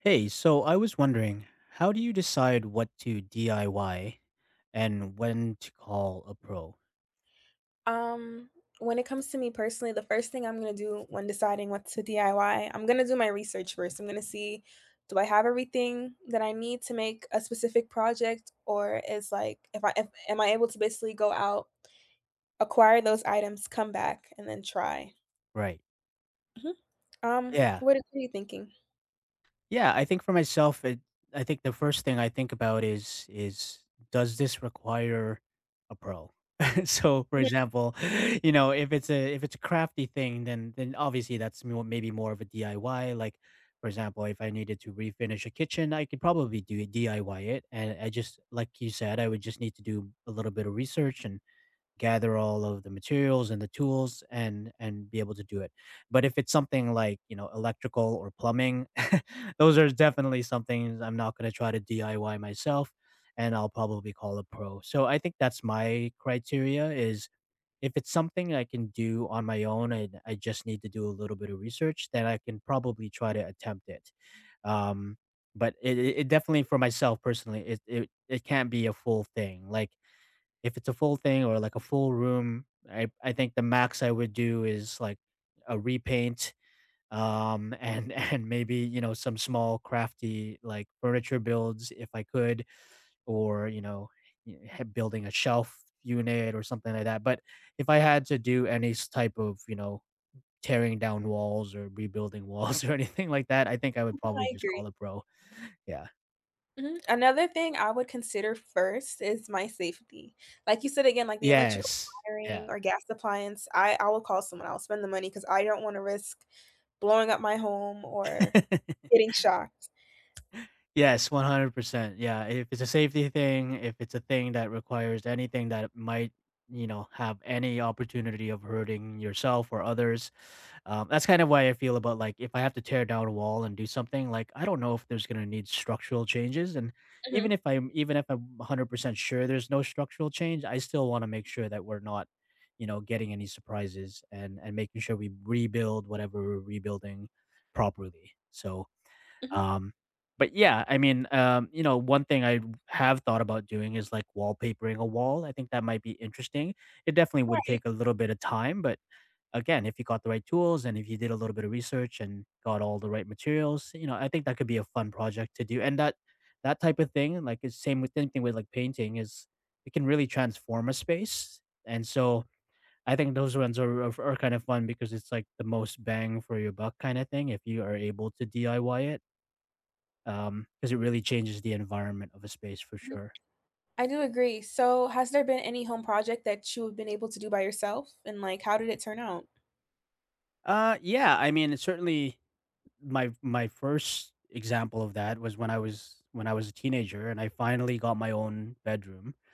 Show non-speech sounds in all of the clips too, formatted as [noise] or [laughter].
Hey, so I was wondering, how do you decide what to DIY and when to call a pro? Um, when it comes to me personally, the first thing I'm gonna do when deciding what to DIY, I'm gonna do my research first. I'm gonna see, do I have everything that I need to make a specific project, or is like if I if, am I able to basically go out, acquire those items, come back, and then try. Right. Mhm. Um, Yeah. what are you thinking? Yeah, I think for myself, I think the first thing I think about is does this require a pro? [laughs] So, for Mhm, example, [laughs] if it's a crafty thing, then obviously that's maybe more of a DIY. Like, for example, if I needed to refinish a kitchen, I could probably do DIY it, and I just like you said, I would just need to do a little bit of research and gather all of the materials and the tools and be able to do it. But if it's something like, electrical or plumbing, [laughs] those are definitely somethings I'm not going to try to DIY myself, and I'll probably call a pro. So I think that's my criteria is if it's something I can do on my own and I just need to do a little bit of research, then I can probably try to attempt it. Um, but it definitely for myself personally, it can't be a full thing. Like if it's a full thing or like a full room, I think the max I would do is like a repaint, and [laughs] and maybe, some small crafty like furniture builds if I could, or, building a shelf unit or something like that. But if I had to do any type of, tearing down walls or rebuilding [laughs] walls or anything like that, I think I would probably I just agree. call it bro. Yeah. Mhm. Another thing I would consider first is my safety. Like you said again, like the electrical Yes. wiring Yeah. or gas appliance, I will call someone, I'll spend the money because I don't wanna risk blowing up my home or [laughs] getting shocked. Yes, 100%. Yeah, if it's a safety thing, if it's a thing that requires anything that might, have any opportunity of hurting yourself or others, that's kind of why I feel about like if I have to tear down a wall and do something, like I don't know if there's gonna need structural changes, and Mhm, even if I'm 100% sure there's no structural change, I still want to make sure that we're not, getting any surprises and making sure we rebuild whatever we're rebuilding properly. So mhm, um, but yeah, I mean, one thing I have thought about doing is like wallpapering a wall. I think that might be interesting. It definitely would right, take a little bit of time, but again, if you got the right tools and if you did a little bit of research and got all the right materials, I think that could be a fun project to do. And that type of thing, like it's same thing with like painting, is it can really transform a space. And so I think those ones are are kind of fun because it's like the most bang for your buck kind of thing if you are able to DIY it, because it really changes the environment of a space for mhm. sure. I do agree. So, has there been any home project that you have been able to do by yourself, and, like, how did it turn out? Yeah, I mean, it's certainly my first example of that was when I was a teenager and I finally got my own bedroom. [laughs]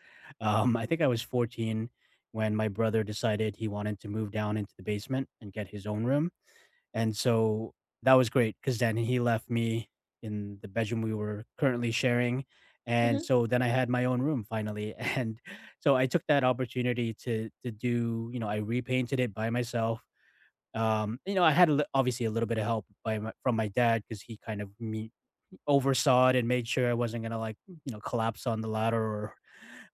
I think I was 14 when my brother decided he wanted to move down into the basement and get his own room. And so that was great, cause then he left me in the bedroom we were currently sharing, and Mhm, so then I had my own room finally, [laughs] and so I took that opportunity to do you know, I repainted it by myself. You know, I had a li obviously a little bit of help by my from my dad, cause he kind of me oversaw it and made sure I wasn't gonna, like, collapse on the ladder or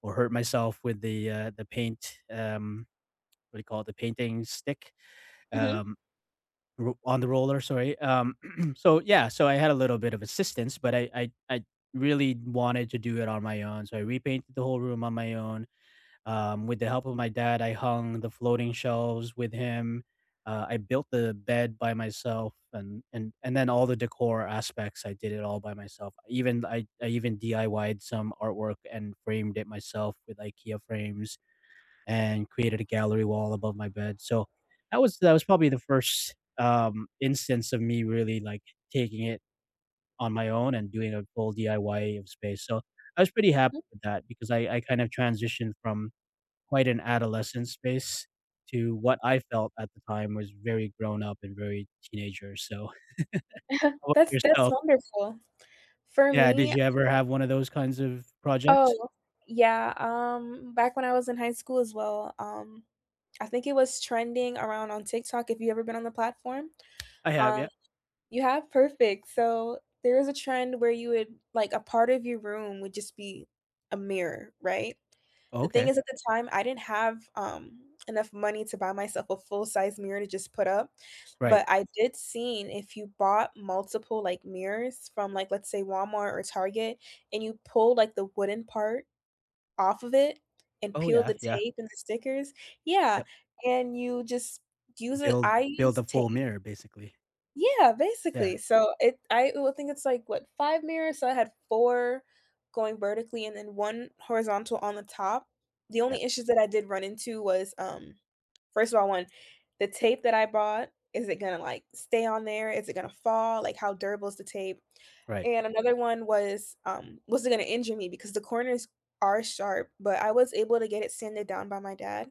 or hurt myself with the paint, what do you call it? The painting stick, mhm, um Ro on the roller, sorry, [clears throat] so, yeah, so I had a little bit of assistance, but I really wanted to do it on my own, so I repainted the whole room on my own, with the help of my dad, I hung the floating shelves with him, I built the bed by myself, and then all the decor aspects, I did it all by myself, even I even DIY'd some artwork and framed it myself with IKEA frames and created a gallery wall above my bed. So that was probably the first instance of me really like taking it on my own and doing a full DIY of space. So I was pretty happy mm. with that because I kind of transitioned from quite an adolescent space to what I felt at the time was very grown up and very teenager. So how [laughs] about that's yourself? wonderful. For Yeah, did me, you ever have one of those kinds of projects? oh, yeah, back when I was in high school as well, I think it was trending around on TikTok, if you ever been on the platform. I have, um yeah. You have? Perfect. So there is a trend where you would like a part of your room would just be a mirror, right? The thing Okay. is at the time I didn't have enough money to buy myself a full-size mirror to just put up, Right. but I did seen if you bought multiple like mirrors from like let's say Walmart or Target and you pull like the wooden part off of it and Oh peel the yeah, yeah. tape and the stickers, yeah, Yep. and you just use it. Build I build use a tape, full mirror basically. yeah, Yeah. basically. So it I will think it's like what, five mirrors? So I had four going vertically and then one horizontal on the top. The Yeah, only issues that I did run into was, first of all, one, the tape that I bought, is it gonna, like, stay on there? Is it gonna fall? Like, how durable is the tape? right. And another one was it gonna injure me? Because the corners are sharp, but I was able to get it sanded down by my dad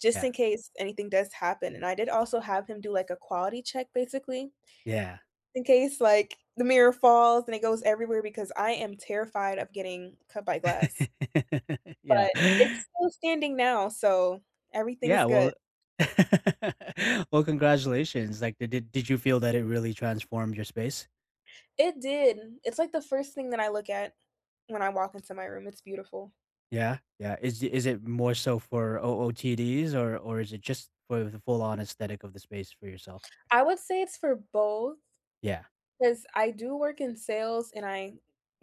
just Yeah, in case anything does happen, and I did also have him do, like, a quality check, basically yeah. in case like the mirror falls and it goes everywhere because I am terrified of getting cut by glass, [laughs] Yeah. but it's still standing now, so everything's Yeah, good. well [laughs] well, congratulations. Like, did you feel that it really transformed your space? It did. It's like the first thing that I look at when I walk into my room. It's beautiful. Yeah, yeah. Is it more so for OOTDs or is it just for the full on aesthetic of the space for yourself? I would say it's for both, Yeah, 'cause I do work in sales and I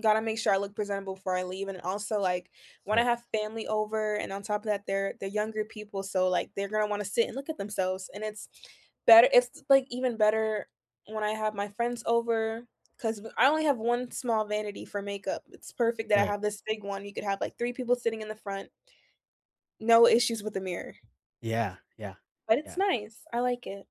gotta make sure I look presentable before I leave, and also, like, when I right, have family over and on top of that, they're younger people, so, like, they're gonna wanna sit and look at themselves, and it's better, it's, like, even better when I have my friends over because I only have one small vanity for makeup. It's perfect that I right. have this big one. You could have, like, three people sitting in the front, no issues with the mirror, Yeah, yeah, but it's yeah. nice. I like it.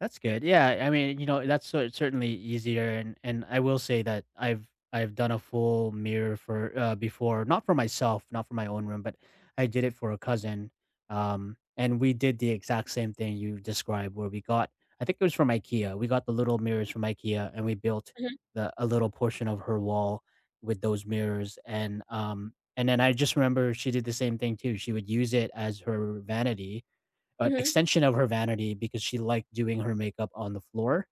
That's good. Yeah, I mean, that's so certainly easier, and I will say that I've done a full mirror for before, not for myself, not for my own room, but I did it for a cousin, and we did the exact same thing you described, where we got I think it was from IKEA. We got the little mirrors from IKEA, and we built Mhm, the a little portion of her wall with those mirrors, and then I just remember she did the same thing too. She would use it as her vanity, an mhm. extension of her vanity because she liked doing her makeup on the floor.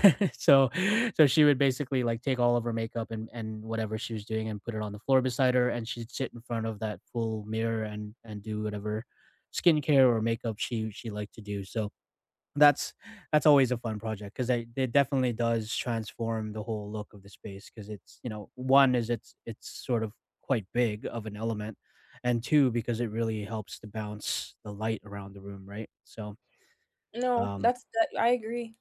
[laughs] So so she would basically, like, take all of her makeup and whatever she was doing and put it on the floor beside her, and she'd sit in front of that full mirror and do whatever skincare or makeup she liked to do. So that's that's always a fun project because it definitely does transform the whole look of the space because it's, you know, one is it's sort of quite big of an element, and two because it really helps to bounce the light around the room, right? So No, um, that's that I agree.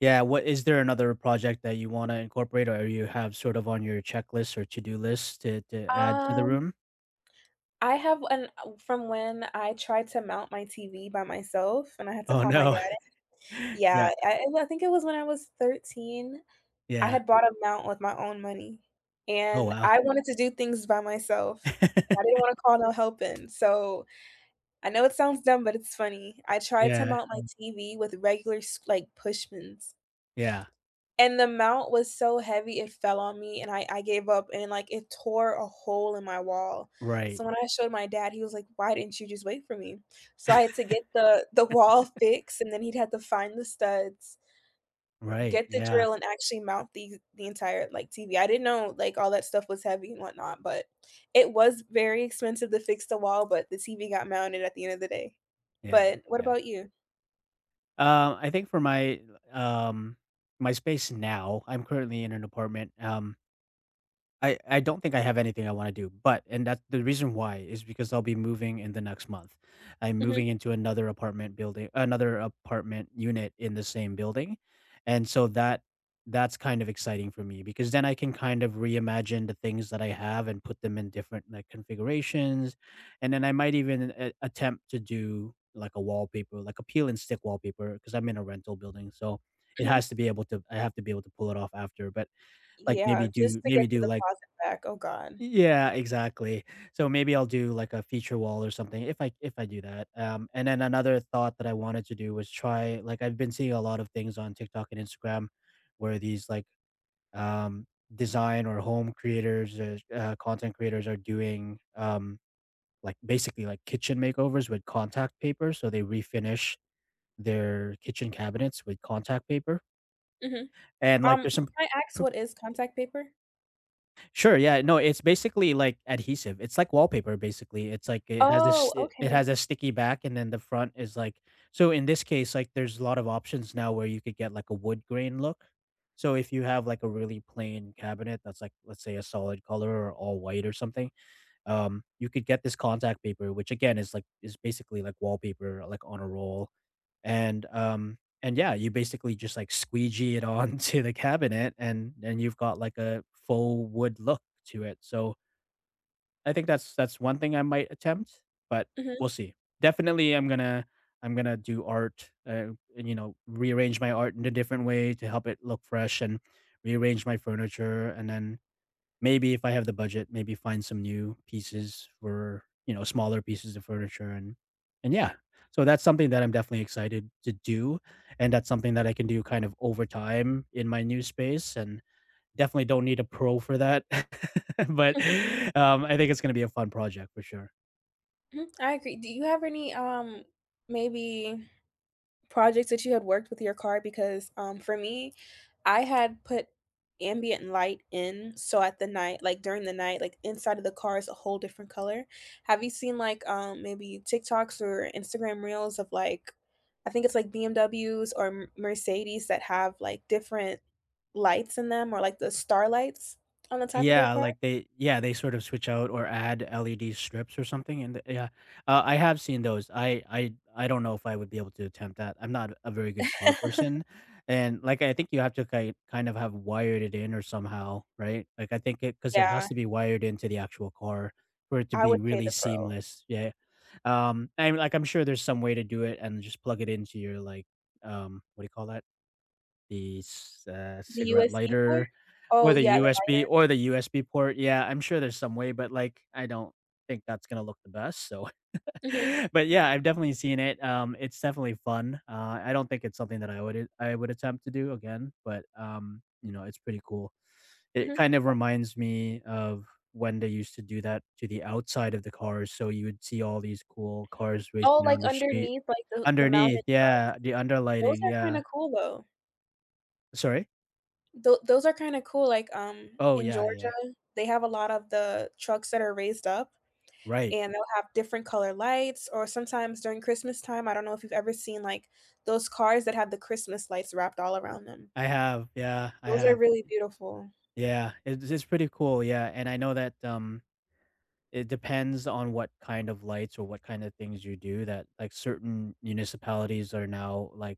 yeah, what is there another project that you wanna incorporate or you have sort of on your checklist or to-do list to add to the Um room? I have an, from when I tried to mount my TV by myself and I had to Oh, call my dad. no. [laughs] Yeah, Yeah, I think it was when I was 13. I yeah. had bought a mount with my own money, Oh, and wow. I wanted to do things by myself. I didn't [laughs] wanna call no help in, so I know it sounds dumb, but it's funny. I tried to Yeah, mount my TV with regular s like, Pushmans. yeah. And the mount was so heavy it fell on me and I gave up and, like, it tore a hole in my wall. Right, So when I showed my dad, he was like, "Why didn't you just wait for me?" So I had to get the wall fixed, and then he'd had to find the studs, right. get the Yeah, drill, and actually mount the entire, like, TV. I didn't know, like, all that stuff was heavy and whatnot, but it was very expensive to fix the wall, but the TV got mounted at the end of the day. yeah, But what yeah. about you? I think for my, um, my space now, I'm currently in an apartment, I don't think I have anything I wanna do, but and that's the reason why is because I'll be moving in the next month. I'm Mhm, moving into another apartment unit in the same building, and so that's kind of exciting for me because then I can kind of reimagine the things that I have and put them in different, like, configurations, and then I might even a attempt to do, like, a wallpaper, like a peel and stick wallpaper, because 'cause I'm in a rental building, so it mhm. has to be able to I have to be able to pull it off after, but, like, Yeah, just to get maybe to do, the like closet back, oh god. yeah, exactly. So maybe I'll do like a feature wall or something if I do that. And then another thought that I wanted to do was try like I've been seeing a lot of things on TikTok and Instagram where these like um design or home creators or content creators are doing like basically like kitchen makeovers with contact paper. So they refinish their kitchen cabinets with contact paper. Mhm. And Um, like can there's some I ask, what is contact paper? Sure, yeah, no, it's basically, like, adhesive. It's like wallpaper, basically. It's like it has Oh, this it okay. has a sticky back, and then the front is like so in this case, like, there's a lot of options now where you could get, like, a wood grain look. So if you have, like, a really plain cabinet that's, like, let's say a solid color or all white or something, you could get this contact paper, which again is basically like wallpaper, like on a roll, and yeah, you basically just like squeegee it [laughs] onto the cabinet, and you've got like a faux wood look to it. So I think that's one thing I might attempt, but Mhm, we'll see. Definitely, I'm gonna do art, and you know, rearrange my art in a different way to help it look fresh and rearrange my furniture, and then maybe if I have the budget, maybe find some new pieces for, you know, smaller pieces of furniture and yeah. So that's something that I'm definitely excited to do, and that's something that I can do kind of over time in my new space and definitely don't need a pro for that. [laughs] But, mhm, um, I think it's gonna be a fun project for sure. mhm, I agree. Do you have any, maybe projects that you had worked with your car? Because, for me, I had put ambient light in, so at the night like, during the night, like, inside of the car is a whole different color. Have you seen, like, maybe TikToks or Instagram reels of, like, I think it's, like, BMWs or M Mercedes that have, like, different lights in them or, like, the star lights on the top of their Yeah, car? like they sort of switch out or add LED strips or something and yeah. I have seen those. I don't know if I would be able to attempt that. I'm not a very good car person, [laughs] and like I think you have to ki kind of have wired it in or somehow, right? Like I think it because it has Yeah, to be wired into the actual car for it to I be would pay really the Pro. seamless. Yeah. And like I'm sure there's some way to do it and just plug it into your like, what do you call that? The c The cigarette USB port? lighter Oh, or the yeah, the USB or the USB port, yeah, I'm sure there's some way, but, like, I don't think that's gonna look the best, so lighter. Mhm, [laughs] but, yeah, I've definitely seen it, it's definitely fun, I don't think it's something that I would attempt to do again, but, you know, it's pretty cool. It mhm. kind of reminds me of when they used to do that to the outside of the cars, so you would see all these cool cars Oh, racing like, down the street underneath, like, the underneath, mounted yeah, truck? the Those underlighting, are kinda yeah. cool, though. Sorry? Those are kinda cool, like, Oh, in yeah, yeah, Georgia, yeah. they have a lot of the trucks that are raised up, Right. and they'll have different color lights, or sometimes during Christmas time, I don't know if you've ever seen, like, those cars that have the Christmas lights wrapped all around them. I Those are have. really beautiful. Yeah, it's pretty cool, yeah, and I know that, it depends on what kind of lights or what kind of things you do that, like, certain municipalities are now, like,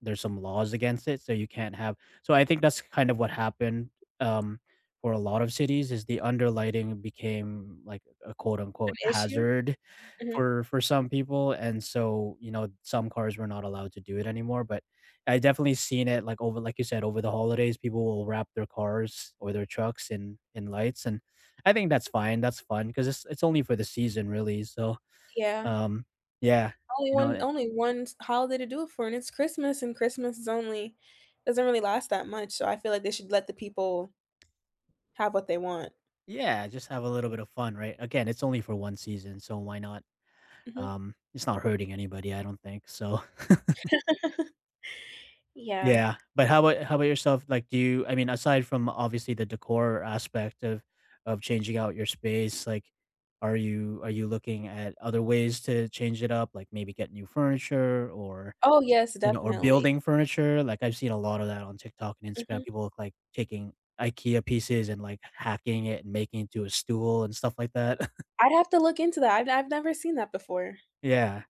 there's some laws against it, so you can't have, so I think that's kind of what happened, um, for a lot of cities is the underlighting became like a quote An unquote issue? "hazard" Mhm. for some people, and so, you know, some cars were not allowed to do it anymore, but I definitely seen it, like, over like you said, over the holidays, people will wrap their cars or their trucks in lights, and I think that's fine, that's fun because it's only for the season really, so, Yeah. um, yeah, Only you one know only one holiday to do it for, and it's Christmas, and Christmas is only, doesn't really last that much, so I feel like they should let the people have what they want. Yeah, just have a little bit of fun, right? Again, it's only for 1 season, so why not? Mhm. It's not hurting anybody, I don't think, so [laughs] Yeah. yeah. But how about yourself? Like, do you, I mean, aside from obviously the decor aspect of changing out your space, like, are you looking at other ways to change it up? Like, maybe get new furniture, or, Oh, yes, you know, or definitely. building furniture? Like, I've seen a lot of that on TikTok and Instagram, Mhm. people, look like, taking IKEA pieces and, like, hacking it and making it into a stool and stuff like that. I'd have to look into that. I've never seen that before. Yeah.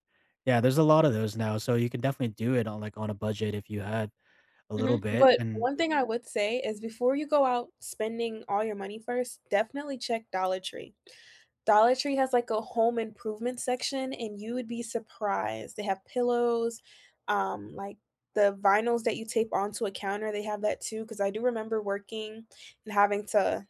Yeah, there's a lot of those now, so you can definitely do it on, like, on a budget if you had a little Mhm. bit, But and one thing I would say is before you go out spending all your money first, definitely check Dollar Tree. Dollar Tree has like a home improvement section, and you would be surprised. They have pillows, like the vinyls that you tape onto a counter, they have that too, because I do remember working and having to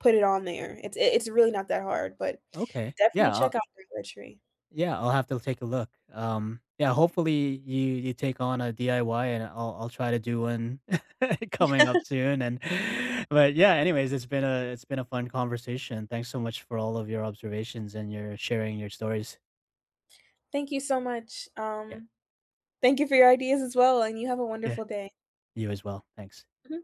put it on there. It's really not that hard, but okay, definitely yeah, check out Dollar Tree. I'll have to take a look. Yeah, hopefully you take on a DIY, and I'll try to do one [laughs] coming up soon, and [laughs] but, yeah, anyways, it's been a fun conversation. Thanks so much for all of your observations and your sharing your stories. Thank you so much. Yeah, Thank you for your ideas as well, and you have a yeah, wonderful day. you as well. Thanks. Mhm.